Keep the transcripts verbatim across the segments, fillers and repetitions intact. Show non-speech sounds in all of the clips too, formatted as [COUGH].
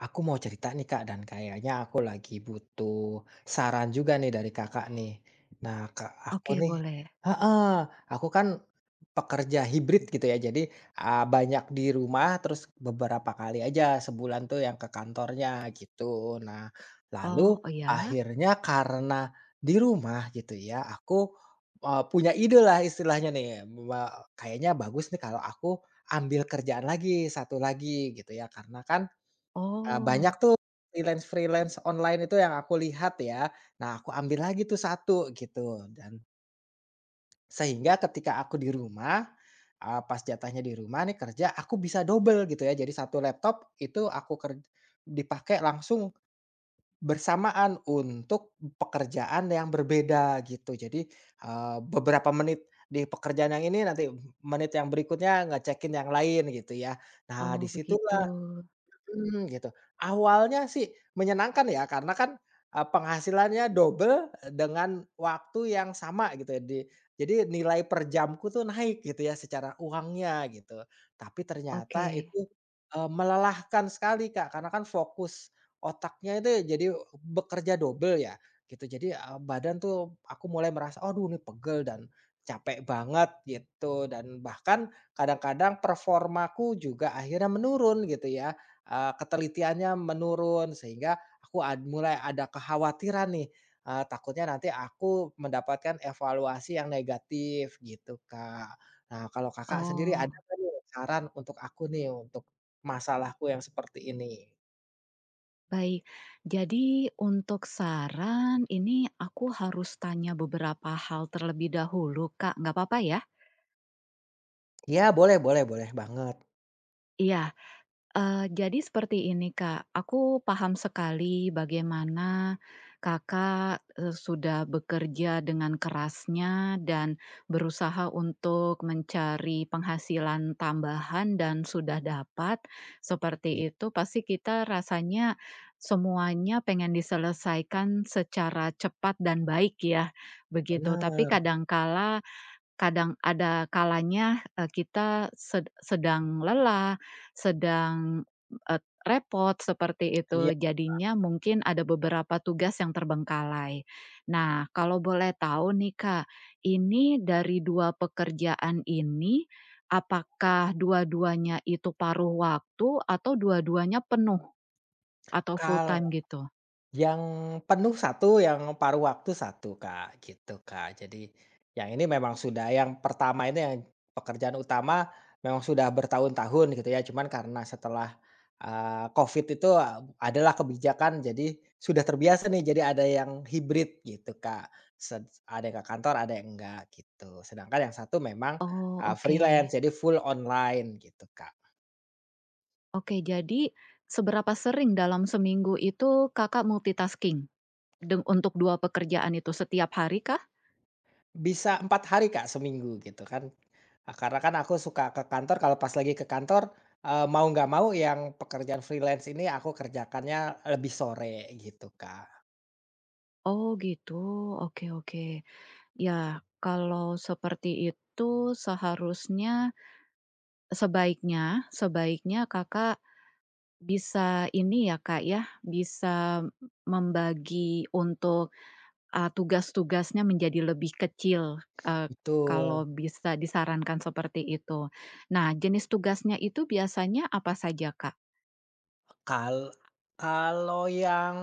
Aku mau cerita nih Kak, dan kayaknya aku lagi butuh saran juga nih dari Kakak nih. Nah, Kak, aku Oke, nih boleh. heeh, aku kan pekerja hibrid gitu ya. Jadi, eee, banyak di rumah, terus beberapa kali aja sebulan tuh yang ke kantornya gitu. Nah, Oh, lalu oh ya? akhirnya karena di rumah gitu ya, aku, eee, punya ide lah istilahnya nih, me kayaknya bagus nih kalau aku ambil kerjaan lagi, satu lagi gitu ya. Karena kan, Eee, banyak Oh tuh freelance-freelance online itu yang aku lihat ya. Nah, aku ambil lagi tuh satu gitu dan sehingga ketika aku di rumah, eee, pas jatahnya di rumah nih kerja, aku bisa double gitu ya. Jadi satu laptop itu aku ker dipakai langsung bersamaan untuk pekerjaan yang berbeda gitu. Jadi, eee, beberapa menit di pekerjaan yang ini, nanti menit yang berikutnya ngecekin yang lain gitu ya. Nah, oh begitu. disitulah Mmm, gitu. Awalnya sih menyenangkan ya, karena kan, eee, penghasilannya double dengan waktu yang sama gitu ya, di jadi nilai per jamku tuh naik gitu ya secara uangnya gitu. Tapi ternyata Oke. itu, eee, melelahkan sekali Kak, karena kan fokus otaknya itu jadi bekerja double ya, gitu. Jadi, eee, badan tuh aku mulai merasa, "Aduh ini pegel dan capek banget," gitu, dan bahkan kadang-kadang performaku juga akhirnya menurun gitu ya. Eee, ketelitiannya menurun sehingga aku ad mulai ada kekhawatiran nih, eee, takutnya nanti aku mendapatkan evaluasi yang negatif gitu, Kak. Nah, kalau Kakak sendiri ada Oh, nggak nih saran untuk aku nih untuk masalahku yang seperti ini? baik. Jadi untuk saran ini aku harus tanya beberapa hal terlebih dahulu, Kak, nggak apa-apa ya? Iya, boleh boleh boleh banget. Iya. Eee, jadi seperti ini, Kak, aku paham sekali bagaimana Kakak, eee, sudah bekerja dengan kerasnya dan berusaha untuk mencari penghasilan tambahan dan sudah dapat, Iya. seperti itu pasti kita rasanya semuanya pengen diselesaikan secara cepat dan baik ya, begitu. Tapi Bener, kadangkala Kadang ada kalanya, eee, kita sed sedang lelah, sedang, eee, repot seperti iya. itu. Jadinya mungkin ada beberapa tugas yang terbengkalai. Nah, kalau boleh tahu nih, Kak, ini dari dua pekerjaan ini, apakah dua-duanya itu paruh waktu atau dua-duanya penuh atau full kal time gitu? Yang penuh satu, yang paruh waktu satu Kak, gitu, Kak. Jadi, yang ini memang sudah yang pertama ini yang pekerjaan utama memang sudah bertahun-tahun gitu ya, cuman karena setelah, eee, Covid itu uh, adalah kebijakan, jadi sudah terbiasa nih, jadi ada yang hibrid gitu, Kak. Sed ada yang ke kantor, ada yang enggak gitu. Sedangkan yang satu memang, Oh, eee, oke. freelance, jadi full online gitu, Kak. Oke, jadi seberapa sering dalam seminggu itu Kakak multitasking? Deng untuk dua pekerjaan itu setiap hari kah? Bisa empat hari, Kak, seminggu gitu kan. Eee, karena kan aku suka ke kantor, kalau pas lagi ke kantor, eee, mau nggak mau yang pekerjaan freelance ini aku kerjakannya lebih sore gitu, Kak. Oh gitu, oke oke. Ya, kalau seperti itu seharusnya sebaiknya sebaiknya Kakak bisa ini ya Kak ya, bisa membagi untuk, eee, tugas-tugasnya menjadi lebih kecil, eee, Betul. kalau bisa disarankan seperti itu. Nah, jenis tugasnya itu biasanya apa saja, Kak? Kal kalau yang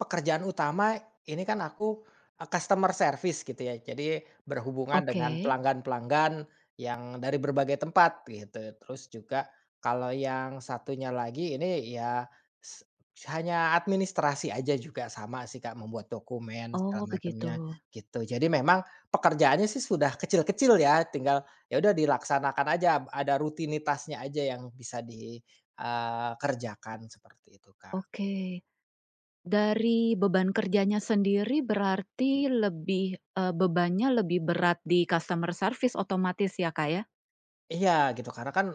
pekerjaan utama, ini kan aku, eee, customer service gitu ya, jadi berhubungan dengan Oke. pelanggan-pelanggan yang dari berbagai tempat gitu. Terus juga kalau yang satunya lagi ini ya s hanya administrasi aja juga sama sih Kak, membuat dokumen segala Oh begitu, macamnya gitu. Jadi memang pekerjaannya sih sudah kecil-kecil ya, tinggal ya udah dilaksanakan aja, ada rutinitasnya aja yang bisa di Eee, kerjakan seperti itu, Kak. oke. Dari beban kerjanya sendiri berarti lebih, eee, bebannya lebih berat di customer service otomatis ya, Kak, ya? Iya gitu karena kan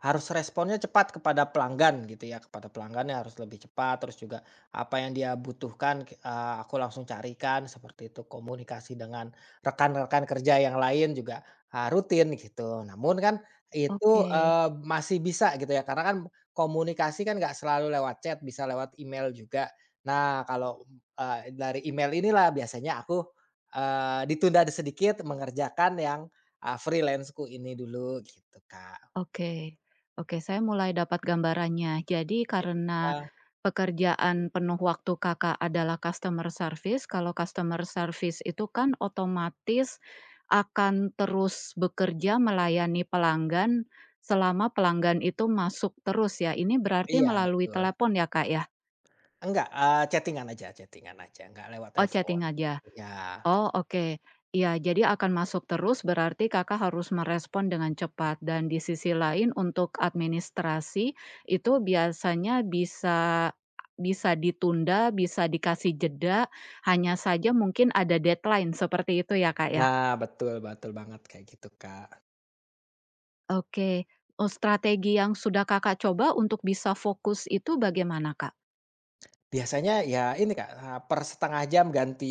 harus responnya cepat kepada pelanggan gitu ya, kepada pelanggannya harus lebih cepat terus juga apa yang dia butuhkan, eee, aku langsung carikan seperti itu, komunikasi dengan rekan-rekan kerja yang lain juga, eee, rutin gitu. Namun kan itu, Oke eee, masih bisa gitu ya karena kan komunikasi kan nggak selalu lewat chat, bisa lewat email juga. Nah kalau, eee, dari email inilah biasanya aku, eee, ditunda sedikit mengerjakan yang Eee, freelance-ku ini dulu gitu, Kak. oke oke, saya mulai dapat gambarannya. Jadi karena Iya, pekerjaan penuh waktu Kakak adalah customer service, kalau customer service itu kan otomatis akan terus bekerja melayani pelanggan selama pelanggan itu masuk terus ya. Ini berarti iya, melalui betul. telepon ya, Kak, ya? Enggak, eee, chatting-an aja chatting-an aja, enggak lewat Oh, telepon. chatting aja? Iya. Oh, oke. Iya, jadi akan masuk terus berarti Kakak harus merespon dengan cepat dan di sisi lain untuk administrasi itu biasanya bisa bisa ditunda, bisa dikasih jeda, hanya saja mungkin ada deadline seperti itu ya, Kak, ya? Nah, betul betul banget kayak gitu, Kak. Oke. Oh, strategi yang sudah Kakak coba untuk bisa fokus itu bagaimana, Kak? Biasanya ya ini Kak, eee, per setengah jam ganti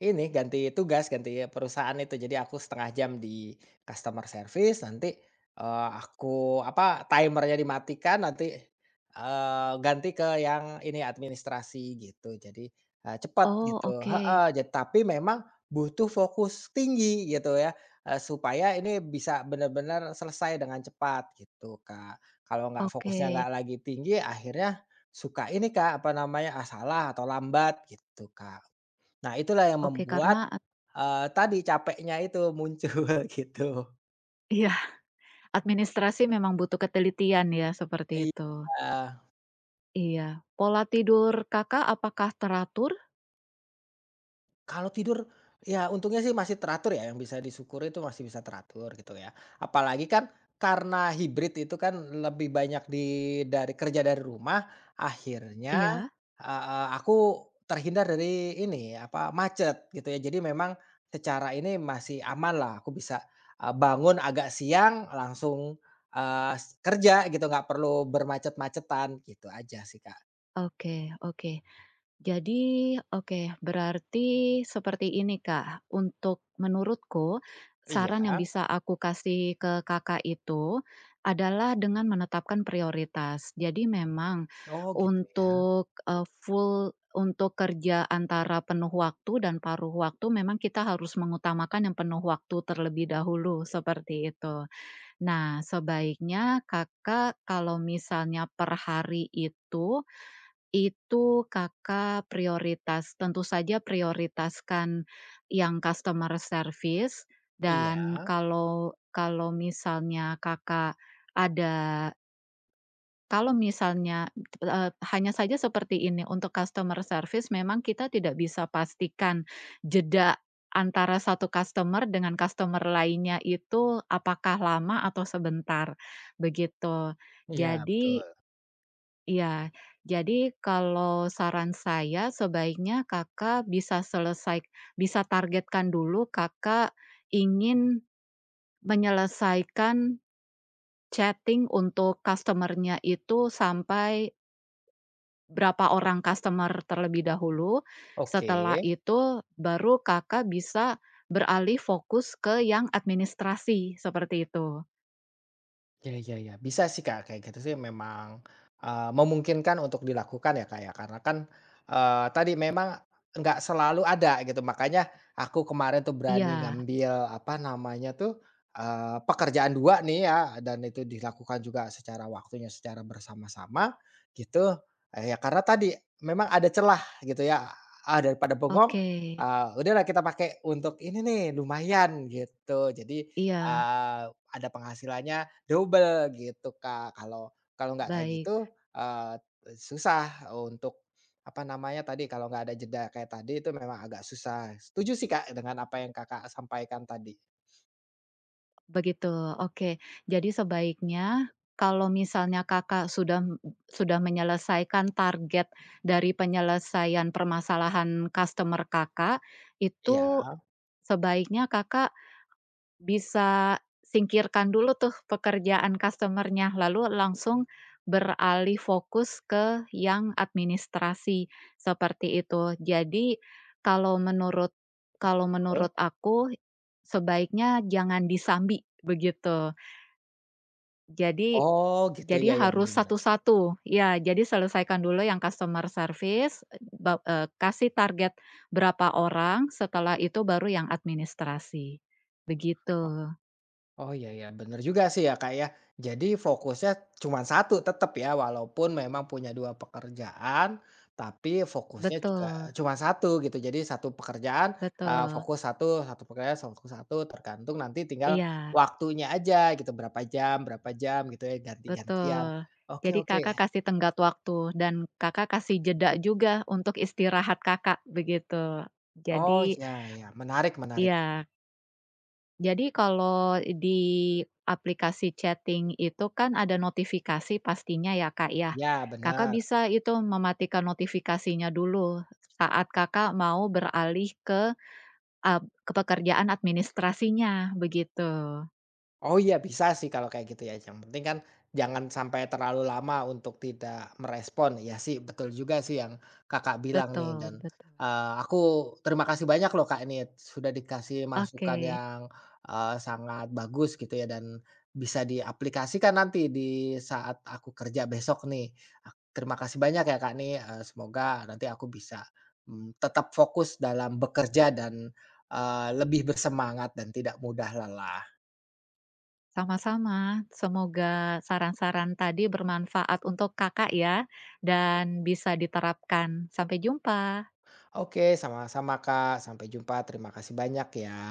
ini, ganti tugas, ganti perusahaan itu. Jadi aku setengah jam di customer service, nanti, eee, aku apa, timernya dimatikan, nanti, eee, ganti ke yang ini, administrasi gitu. Jadi, eee, cepet Oh, gitu oke. heeh, ja tapi memang butuh fokus tinggi gitu ya, eee, supaya ini bisa benar-benar selesai dengan cepat gitu Kak. Kalau nggak fokusnya Oke. nggak lagi tinggi, akhirnya suka ini Kak, apa namanya, ah, salah atau lambat gitu Kak. Nah itulah yang Oke, membuat, karena eee, tadi capeknya itu muncul [LAUGHS] gitu. iya, administrasi memang butuh ketelitian ya, seperti itu. Iya. Iya. Pola tidur Kakak apakah teratur? Kalau tidur, ya untungnya sih masih teratur ya, yang bisa disyukuri itu masih bisa teratur gitu ya. Apalagi kan karena hibrid itu kan lebih banyak di dari kerja dari rumah, akhirnya, Iya. eee, aku terhindar dari ini, apa, macet gitu ya. Jadi memang secara ini masih aman lah. Aku bisa, eee, bangun agak siang langsung, eee, s kerja gitu, nggak perlu bermacet-macetan, gitu aja sih, Kak. Oke oke. Jadi oke, berarti seperti ini, Kak. Untuk menurutku, Iya. saran yang bisa aku kasih ke Kakak itu adalah dengan menetapkan prioritas. Jadi memang Oh gitu ya. untuk, eee, full untuk kerja antara penuh waktu dan paruh waktu memang kita harus mengutamakan yang penuh waktu terlebih dahulu, seperti itu. Nah, sebaiknya Kakak kalau misalnya per hari itu, itu Kakak prioritas tentu saja prioritaskan yang customer service dan Iya. kalau kalau misalnya Kakak ada kalau misalnya, eee, hanya saja seperti ini, untuk customer service memang kita tidak bisa pastikan jeda antara satu customer dengan customer lainnya itu apakah lama atau sebentar, begitu. Iya, Jadi betul. ya jadi kalau saran saya sebaiknya Kakak bisa selesai bisa targetkan dulu Kakak ingin menyelesaikan chatting untuk customernya itu sampai berapa orang customer terlebih dahulu, Oke. setelah itu baru Kakak bisa beralih fokus ke yang administrasi, seperti itu. Ya ya ya, bisa sih Kak, kayak gitu sih memang, eee, memungkinkan untuk dilakukan ya Kak ya, karena kan, eee, tadi memang nggak selalu ada gitu, makanya aku kemarin tuh berani Iya, ngambil, apa namanya tuh, eee, pekerjaan dua nih ya, dan itu dilakukan juga secara waktunya secara bersama-sama gitu, eee, ya karena tadi memang ada celah gitu ya, ah, daripada bengong, oke. eee, udahlah kita pakai untuk ini nih, lumayan gitu. Jadi, Iya, eee, ada penghasilannya double gitu, Kak. Kalau kalau nggak kayak baik, gitu, eee, susah untuk, apa namanya tadi, kalau nggak ada jeda kayak tadi itu memang agak susah. Setuju sih, Kak, dengan apa yang Kakak sampaikan tadi. begitu, oke. Jadi sebaiknya kalau misalnya Kakak sudah sudah menyelesaikan target dari penyelesaian permasalahan customer Kakak, Iya. itu sebaiknya Kakak bisa singkirkan dulu tuh pekerjaan customer-nya, lalu langsung beralih fokus ke yang administrasi, seperti itu. Jadi, kalau menurut kalau menurut aku, sebaiknya jangan disambi, begitu. Jadi Oh gitu, jadi ya ya harus benar-benar. satu-satu. Ya, jadi selesaikan dulu yang customer service, ba eee, kasih target berapa orang, setelah itu baru yang administrasi, begitu. Oh, iya iya, bener juga sih ya, Kak, ya. Jadi fokusnya cuma satu tetap ya, walaupun memang punya dua pekerjaan, tapi fokusnya juga Betul. cuma satu gitu. Jadi satu pekerjaan, eee, Betul, fokus satu, satu pekerjaan fokus satu. Tergantung nanti tinggal iya, waktunya aja gitu, berapa jam berapa jam gitu ya, ganti-gantian. betul. Oke Jadi oke. Kakak kasih tenggat waktu dan Kakak kasih jeda juga untuk istirahat Kakak, begitu. Oh, Jadi iya iya, menarik menarik. iya, jadi kalau di aplikasi chatting itu kan ada notifikasi pastinya ya, Kak, ya. Ya, Kakak benar. bisa itu mematikan notifikasinya dulu saat Kakak mau beralih ke, eee, ke pekerjaan administrasinya, begitu. Oh iya bisa sih kalau kayak gitu ya, yang penting kan jangan sampai terlalu lama untuk tidak merespon. Ya sih betul juga sih yang Kakak bilang nih Betul dan, betul. eee, aku terima kasih banyak loh Kak ini sudah dikasih Oke. masukan yang, eee, sangat bagus gitu ya dan bisa diaplikasikan nanti di saat aku kerja besok nih. Ak terima kasih banyak ya Kak nih, eee, semoga nanti aku bisa, mmm, tetap fokus dalam bekerja dan, eee, lebih bersemangat dan tidak mudah lelah. Sama-sama, semoga saran-saran tadi bermanfaat untuk Kakak ya, dan bisa diterapkan. Sampai jumpa. Oke, sama-sama Kak. Sampai jumpa. Terima kasih banyak ya.